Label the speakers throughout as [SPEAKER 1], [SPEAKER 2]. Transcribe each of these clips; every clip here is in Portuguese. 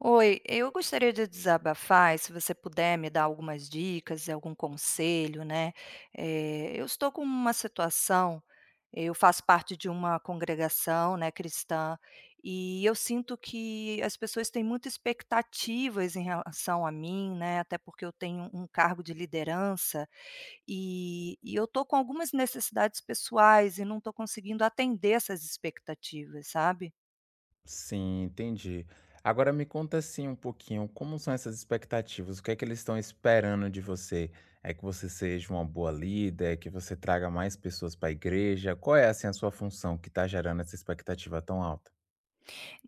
[SPEAKER 1] Oi, eu gostaria de desabafar e se você puder me dar algumas dicas e algum conselho, né? Eu estou com uma situação, eu faço parte de uma congregação, né, cristã, e eu sinto que as pessoas têm muitas expectativas em relação a mim, né? Até porque eu tenho um cargo de liderança e eu estou com algumas necessidades pessoais e não estou conseguindo atender essas expectativas, sabe?
[SPEAKER 2] Sim, entendi. Agora me conta assim um pouquinho, como são essas expectativas? O que é que eles estão esperando de você? É que você seja uma boa líder, que você traga mais pessoas para a igreja? Qual é assim a sua função que está gerando essa expectativa tão alta?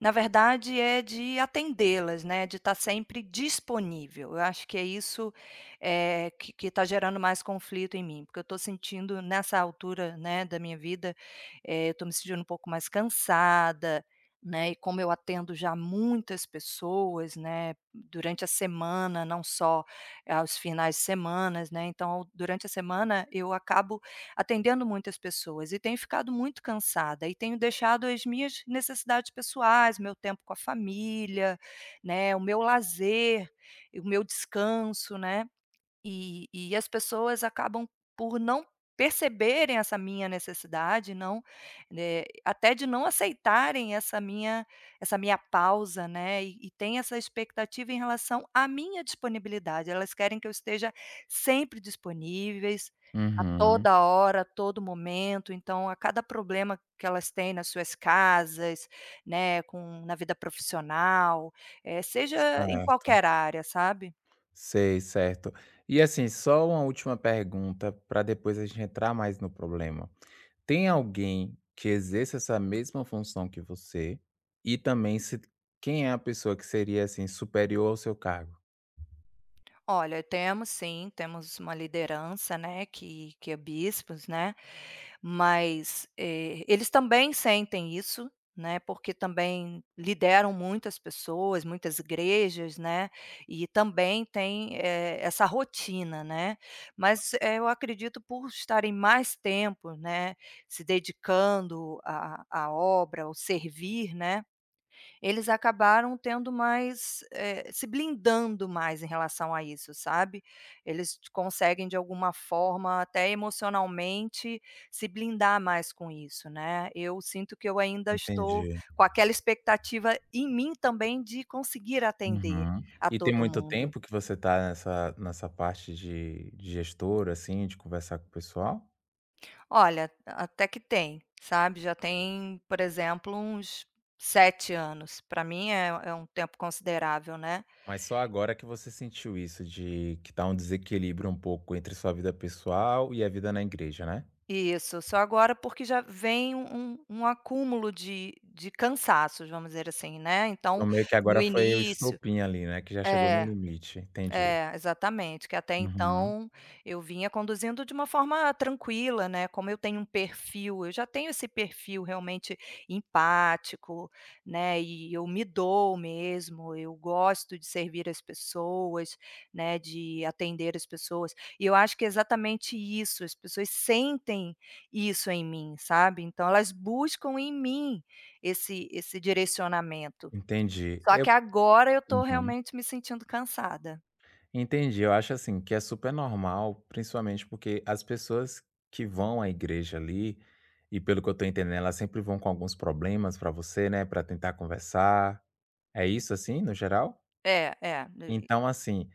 [SPEAKER 1] Na verdade é de atendê-las, né, de estar sempre disponível. Eu acho que é isso, que está gerando mais conflito em mim, porque eu estou sentindo nessa altura, né, da minha vida, eu estou me sentindo um pouco mais cansada, né, e como eu atendo já muitas pessoas, né, durante a semana, não só aos finais de semanas, né, então durante a semana eu acabo atendendo muitas pessoas e tenho ficado muito cansada e tenho deixado as minhas necessidades pessoais, meu tempo com a família, né, o meu lazer, o meu descanso, né, e as pessoas acabam por não perceberem essa minha necessidade, não, até de não aceitarem essa minha pausa, né, e tem essa expectativa em relação à minha disponibilidade. Elas querem que eu esteja sempre disponíveis, a
[SPEAKER 2] Uhum,
[SPEAKER 1] toda hora, a todo momento. Então, a cada problema que elas têm nas suas casas, né, com na vida profissional, seja em
[SPEAKER 2] certo.
[SPEAKER 1] qualquer área, sabe?
[SPEAKER 2] Sei, certo. E assim, só uma última pergunta para depois a gente entrar mais no problema. Tem alguém que exerça essa mesma função que você, e também se quem é a pessoa que seria, assim, superior ao seu cargo?
[SPEAKER 1] Olha, temos sim, temos uma liderança, né, que é bispos, né, mas, eles também sentem isso, né, porque também lideram muitas pessoas, muitas igrejas, né, e também tem, essa rotina, né, mas, eu acredito por estarem mais tempo, né, se dedicando à obra, ao servir, né, eles acabaram tendo mais, se blindando mais em relação a isso, sabe. Eles conseguem de alguma forma, até emocionalmente, se blindar mais com isso, né. Eu sinto que eu ainda estou
[SPEAKER 2] Entendi.
[SPEAKER 1] com aquela expectativa em mim também de conseguir atender
[SPEAKER 2] Uhum.
[SPEAKER 1] a
[SPEAKER 2] E tem
[SPEAKER 1] todo
[SPEAKER 2] muito
[SPEAKER 1] mundo.
[SPEAKER 2] tempo que você tá nessa parte de gestora, assim, de conversar com o pessoal?
[SPEAKER 1] Olha, até que tem, sabe, já tem, por exemplo, uns 7 anos. Para mim é um tempo considerável, né.
[SPEAKER 2] Mas só agora que você sentiu isso de que tá um desequilíbrio um pouco entre sua vida pessoal e a vida na igreja, né?
[SPEAKER 1] Isso, só agora porque já vem um acúmulo de cansaços, vamos dizer assim, né,
[SPEAKER 2] Então
[SPEAKER 1] então,
[SPEAKER 2] meio que
[SPEAKER 1] no
[SPEAKER 2] agora foi o
[SPEAKER 1] início
[SPEAKER 2] estopim ali, né, que já chegou no
[SPEAKER 1] é.
[SPEAKER 2] limite. Entendi.
[SPEAKER 1] É, exatamente, que até
[SPEAKER 2] Uhum.
[SPEAKER 1] então eu vinha conduzindo de uma forma tranquila, né, como eu tenho um perfil eu já tenho esse perfil realmente empático, né, e eu me dou mesmo, eu gosto de servir as pessoas, né, de atender as pessoas, e eu acho que é exatamente isso, as pessoas sentem isso em mim, sabe, então elas buscam em mim esse direcionamento.
[SPEAKER 2] Entendi.
[SPEAKER 1] Só que
[SPEAKER 2] Eu
[SPEAKER 1] agora eu estou
[SPEAKER 2] Uhum.
[SPEAKER 1] realmente me sentindo cansada.
[SPEAKER 2] Entendi. Eu acho assim que é super normal, principalmente porque as pessoas que vão à igreja ali, e pelo que eu tô entendendo, elas sempre vão com alguns problemas pra você, né, pra tentar conversar. É isso assim, no geral?
[SPEAKER 1] É, é, e
[SPEAKER 2] Então, assim,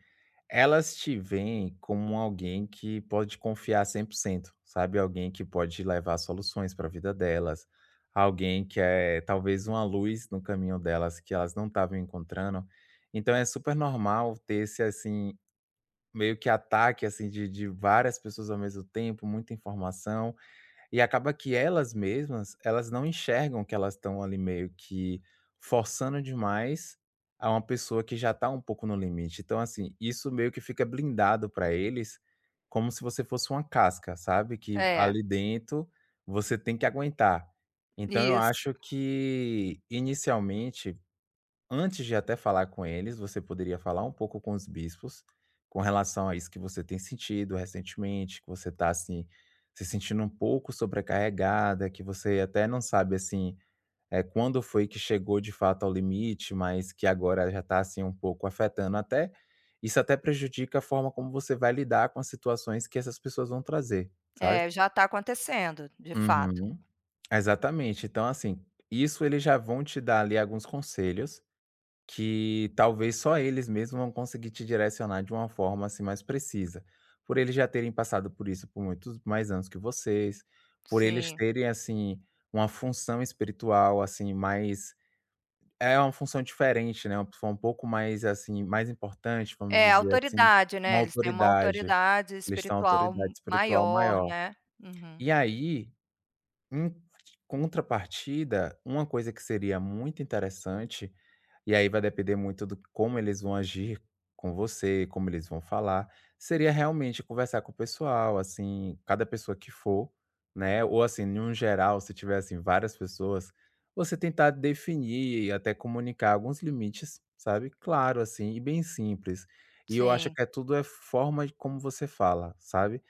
[SPEAKER 2] elas te veem como alguém que pode confiar 100%, sabe? Alguém que pode levar soluções pra vida delas, alguém que é talvez uma luz no caminho delas que elas não estavam encontrando. Então é super normal ter esse, assim, meio que ataque, assim, de várias pessoas ao mesmo tempo, muita informação, e acaba que elas mesmas, elas não enxergam que elas estão ali meio que forçando demais a uma pessoa que já está um pouco no limite. Então, assim, isso meio que fica blindado para eles, como se você fosse uma casca, sabe, que
[SPEAKER 1] é,
[SPEAKER 2] ali dentro você tem que aguentar. Então eu
[SPEAKER 1] isso.
[SPEAKER 2] acho que inicialmente, antes de até falar com eles, você poderia falar um pouco com os bispos, com relação a isso que você tem sentido recentemente, que você está assim, se sentindo um pouco sobrecarregada, que você até não sabe, assim, é quando foi que chegou de fato ao limite, mas que agora já está assim, um pouco afetando até isso até prejudica a forma como você vai lidar com as situações que essas pessoas vão trazer, sabe?
[SPEAKER 1] É, já está acontecendo, de fato.
[SPEAKER 2] Uhum. Exatamente. Então, assim, isso eles já vão te dar ali alguns conselhos que talvez só eles mesmos vão conseguir te direcionar de uma forma, assim, mais precisa. Por eles já terem passado por isso por muitos mais anos que vocês, por eles
[SPEAKER 1] Sim.
[SPEAKER 2] terem, assim, uma função espiritual, assim, mais é uma função diferente, né, uma função um pouco mais, assim, mais importante, vamos
[SPEAKER 1] É,
[SPEAKER 2] dizer assim,
[SPEAKER 1] autoridade,
[SPEAKER 2] uma
[SPEAKER 1] né, eles têm uma
[SPEAKER 2] autoridade.
[SPEAKER 1] autoridade
[SPEAKER 2] Eles têm uma
[SPEAKER 1] espiritual
[SPEAKER 2] autoridade espiritual
[SPEAKER 1] maior,
[SPEAKER 2] maior.
[SPEAKER 1] né. Uhum.
[SPEAKER 2] E aí, em contrapartida, uma coisa que seria muito interessante e aí vai depender muito do como eles vão agir com você, como eles vão falar. Seria realmente conversar com o pessoal, assim, cada pessoa que for, né? Ou assim, em um geral, se tiver assim, várias pessoas, você tentar definir e até comunicar alguns limites, sabe? Claro, assim, e bem simples. E eu acho
[SPEAKER 1] Sim.
[SPEAKER 2] que é tudo é forma de como você fala, sabe?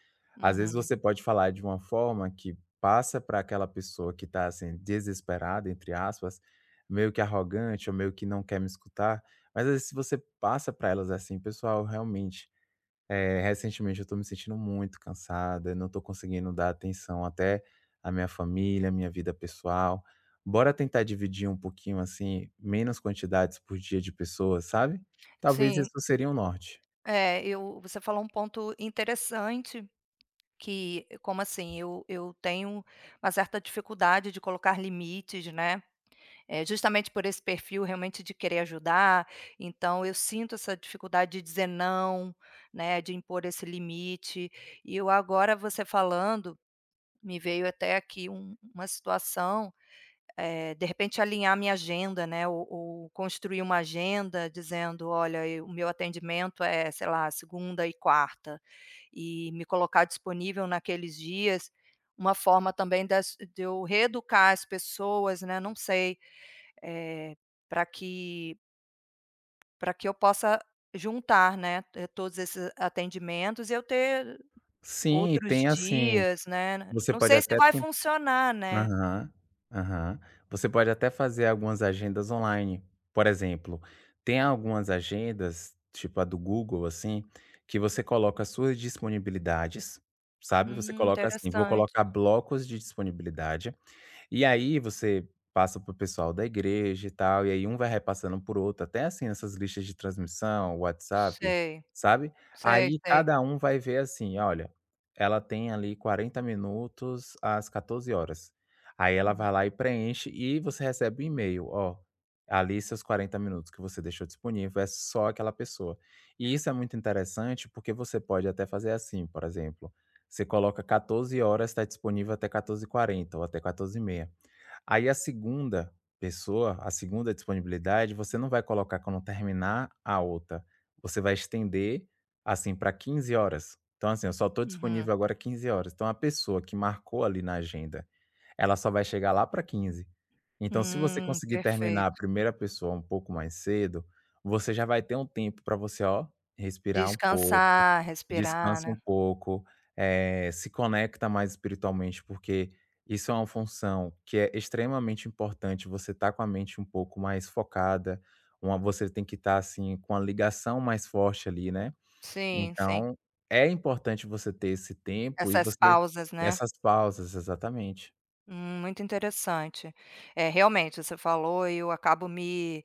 [SPEAKER 2] Às vezes
[SPEAKER 1] Uhum.
[SPEAKER 2] você pode falar de uma forma que passa para aquela pessoa que está assim, desesperada, entre aspas, meio que arrogante ou meio que não quer me escutar, mas às vezes se você passa para elas assim: "Pessoal, realmente, recentemente eu tô me sentindo muito cansada, não tô conseguindo dar atenção até à minha família, à minha vida pessoal. Bora tentar dividir um pouquinho, assim, menos quantidades por dia de pessoas", sabe? Talvez
[SPEAKER 1] Sim.
[SPEAKER 2] isso seria um norte.
[SPEAKER 1] É, eu você falou um ponto interessante que como assim, eu tenho uma certa dificuldade de colocar limites, né. É, justamente por esse perfil realmente de querer ajudar, então eu sinto essa dificuldade de dizer não, né, de impor esse limite. E eu agora você falando, me veio até aqui uma situação, de repente alinhar minha agenda, né, ou construir uma agenda dizendo: "Olha, eu o meu atendimento é, sei lá, segunda e quarta", e me colocar disponível naqueles dias. Uma forma também das de eu reeducar as pessoas, né, não sei, para que para que eu possa juntar, né, todos esses atendimentos e eu ter
[SPEAKER 2] Sim, e
[SPEAKER 1] outros
[SPEAKER 2] tem assim,
[SPEAKER 1] dias, né.
[SPEAKER 2] você
[SPEAKER 1] Não
[SPEAKER 2] pode
[SPEAKER 1] sei se
[SPEAKER 2] até
[SPEAKER 1] vai funcionar, né.
[SPEAKER 2] Aham, aham. Você pode até fazer algumas agendas online. Por exemplo, tem algumas agendas, tipo a do Google, assim, que você coloca as suas disponibilidades, sabe? Você coloca assim, vou
[SPEAKER 1] Interessante.
[SPEAKER 2] colocar blocos de disponibilidade. E aí você passa pro pessoal da igreja e tal, e aí um vai repassando por outro, até assim nessas listas de transmissão, WhatsApp,
[SPEAKER 1] Sei,
[SPEAKER 2] sabe.
[SPEAKER 1] sei,
[SPEAKER 2] Aí
[SPEAKER 1] sei.
[SPEAKER 2] cada um vai ver assim: "Olha, ela tem ali 40 minutos às 14 horas. Aí ela vai lá e preenche e você recebe um e-mail: "Ó, ali seus 40 minutos que você deixou disponível é só aquela pessoa". E isso é muito interessante, porque você pode até fazer assim, por exemplo, você coloca 14 horas está disponível até 14h40 ou até 14h30. Aí a segunda pessoa, a segunda disponibilidade, você não vai colocar quando terminar a outra, você vai estender, assim, para 15 horas. Então, assim, eu só estou
[SPEAKER 1] Uhum.
[SPEAKER 2] disponível agora 15 horas. Então, a pessoa que marcou ali na agenda, ela só vai chegar lá para 15. Então, se você conseguir terminar a
[SPEAKER 1] Perfeito.
[SPEAKER 2] primeira pessoa um pouco mais cedo, você já vai ter um tempo para você, ó, respirar um pouco,
[SPEAKER 1] Descansar, respirar,
[SPEAKER 2] descansa
[SPEAKER 1] né.
[SPEAKER 2] um pouco, se conecta mais espiritualmente, porque isso é uma função que é extremamente importante, você está com a mente um pouco mais focada, uma você tem que estar, assim, com a ligação mais forte ali, né.
[SPEAKER 1] Sim, sim.
[SPEAKER 2] Então, é importante você ter esse tempo e
[SPEAKER 1] Essas
[SPEAKER 2] você
[SPEAKER 1] pausas, né.
[SPEAKER 2] essas pausas, exatamente.
[SPEAKER 1] Muito interessante. É, realmente, você falou e eu acabo me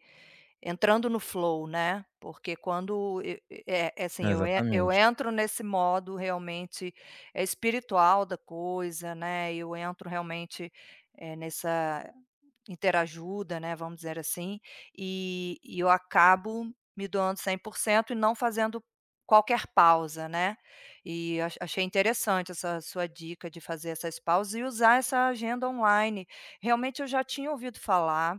[SPEAKER 1] entrando no flow, né, porque quando é assim, eu
[SPEAKER 2] Exatamente.
[SPEAKER 1] entro nesse modo realmente, é espiritual da coisa, né, eu entro realmente, nessa interajuda, né, vamos dizer assim, e eu acabo me doando 100% e não fazendo qualquer pausa, né. E achei interessante essa sua dica de fazer essas pausas e usar essa agenda online. Realmente eu já tinha ouvido falar,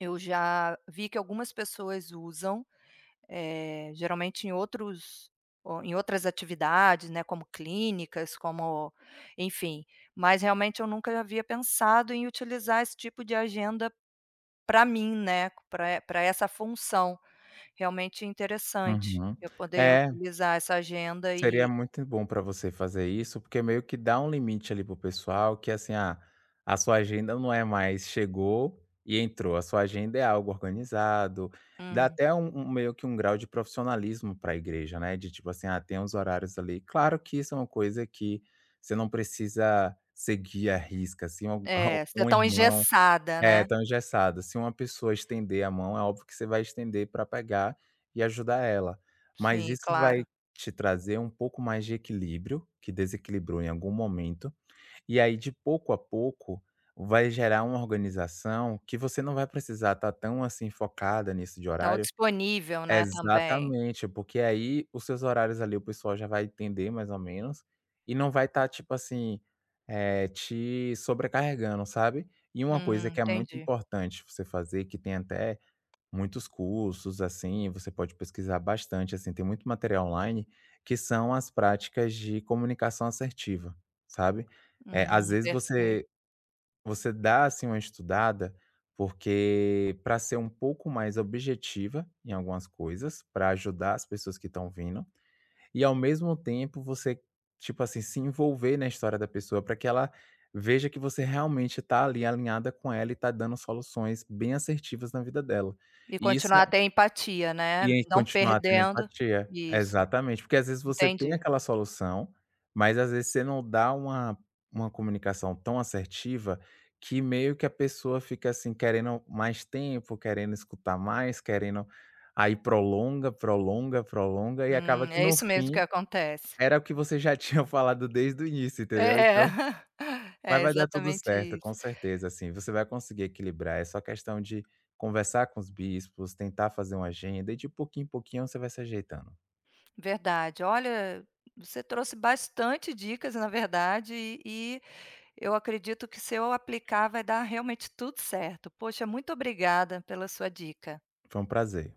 [SPEAKER 1] eu já vi que algumas pessoas usam, geralmente em outros o em outras atividades, né, como clínicas, como enfim, mas realmente eu nunca havia pensado em utilizar esse tipo de agenda para mim, né, para essa função. Realmente interessante
[SPEAKER 2] Uhum.
[SPEAKER 1] eu poder
[SPEAKER 2] É
[SPEAKER 1] utilizar essa agenda
[SPEAKER 2] Seria
[SPEAKER 1] e
[SPEAKER 2] muito bom para você fazer isso, porque meio que dá um limite ali pro pessoal que assim, ah, a sua agenda não é mais chegou e entrou, a sua agenda é algo organizado, dá
[SPEAKER 1] hum,
[SPEAKER 2] até um meio que um grau de profissionalismo para a igreja, né, de tipo assim, ah, tem os horários ali. Claro que isso é uma coisa que você não precisa seguir à risca, assim, um
[SPEAKER 1] é, ser
[SPEAKER 2] um
[SPEAKER 1] tão
[SPEAKER 2] irmão
[SPEAKER 1] engessada,
[SPEAKER 2] é,
[SPEAKER 1] né.
[SPEAKER 2] tão engessadas. Se uma pessoa estender a mão, é óbvio que você vai estender para pegar e ajudar ela. Mas
[SPEAKER 1] Sim,
[SPEAKER 2] isso vai
[SPEAKER 1] claro.
[SPEAKER 2] te trazer um pouco mais de equilíbrio, que desequilibrou em algum momento, e aí de pouco a pouco vai gerar uma organização que você não vai precisar estar tão, assim, focada nisso de
[SPEAKER 1] Tão
[SPEAKER 2] horário.
[SPEAKER 1] disponível, né, também.
[SPEAKER 2] Exatamente, porque aí os seus horários ali o pessoal já vai entender mais ou menos, e não vai estar tipo assim, te sobrecarregando, sabe. E uma coisa
[SPEAKER 1] Uhum,
[SPEAKER 2] que é muito
[SPEAKER 1] entendi.
[SPEAKER 2] importante você fazer, que tem até muitos cursos, assim, você pode pesquisar bastante, assim, tem muito material online, que são as práticas de comunicação assertiva, sabe. Às vezes
[SPEAKER 1] Perfeito.
[SPEAKER 2] você dá, assim, uma estudada, porque para ser um pouco mais objetiva em algumas coisas, para ajudar as pessoas que estão vindo, e ao mesmo tempo você, tipo assim, se envolver na história da pessoa para que ela veja que você realmente está ali alinhada com ela e está dando soluções bem assertivas na vida dela.
[SPEAKER 1] E
[SPEAKER 2] E isso
[SPEAKER 1] continuar a ter empatia,
[SPEAKER 2] e
[SPEAKER 1] né,
[SPEAKER 2] aí
[SPEAKER 1] não
[SPEAKER 2] continuar tendo
[SPEAKER 1] perdendo
[SPEAKER 2] empatia.
[SPEAKER 1] isso,
[SPEAKER 2] Exatamente, porque às vezes você tem
[SPEAKER 1] entendi.
[SPEAKER 2] aquela solução, mas às vezes você não dá uma comunicação tão assertiva, que meio que a pessoa fica, assim, querendo mais tempo, querendo escutar mais, querendo aí prolonga, prolonga, prolonga e acaba que
[SPEAKER 1] É
[SPEAKER 2] no
[SPEAKER 1] isso mesmo que
[SPEAKER 2] fim,
[SPEAKER 1] acontece.
[SPEAKER 2] era o que você já tinha falado desde o início, entendeu?
[SPEAKER 1] É,
[SPEAKER 2] Então mas
[SPEAKER 1] é
[SPEAKER 2] vai dar tudo
[SPEAKER 1] exatamente
[SPEAKER 2] certo, com
[SPEAKER 1] isso.
[SPEAKER 2] certeza, assim, você vai conseguir equilibrar, é só questão de conversar com os bispos, tentar fazer uma agenda e de pouquinho em pouquinho você vai se ajeitando.
[SPEAKER 1] Verdade. Olha, você trouxe bastante dicas, na verdade, e e eu acredito que se eu aplicar vai dar realmente tudo certo. Poxa, muito obrigada pela sua dica.
[SPEAKER 2] Foi um prazer.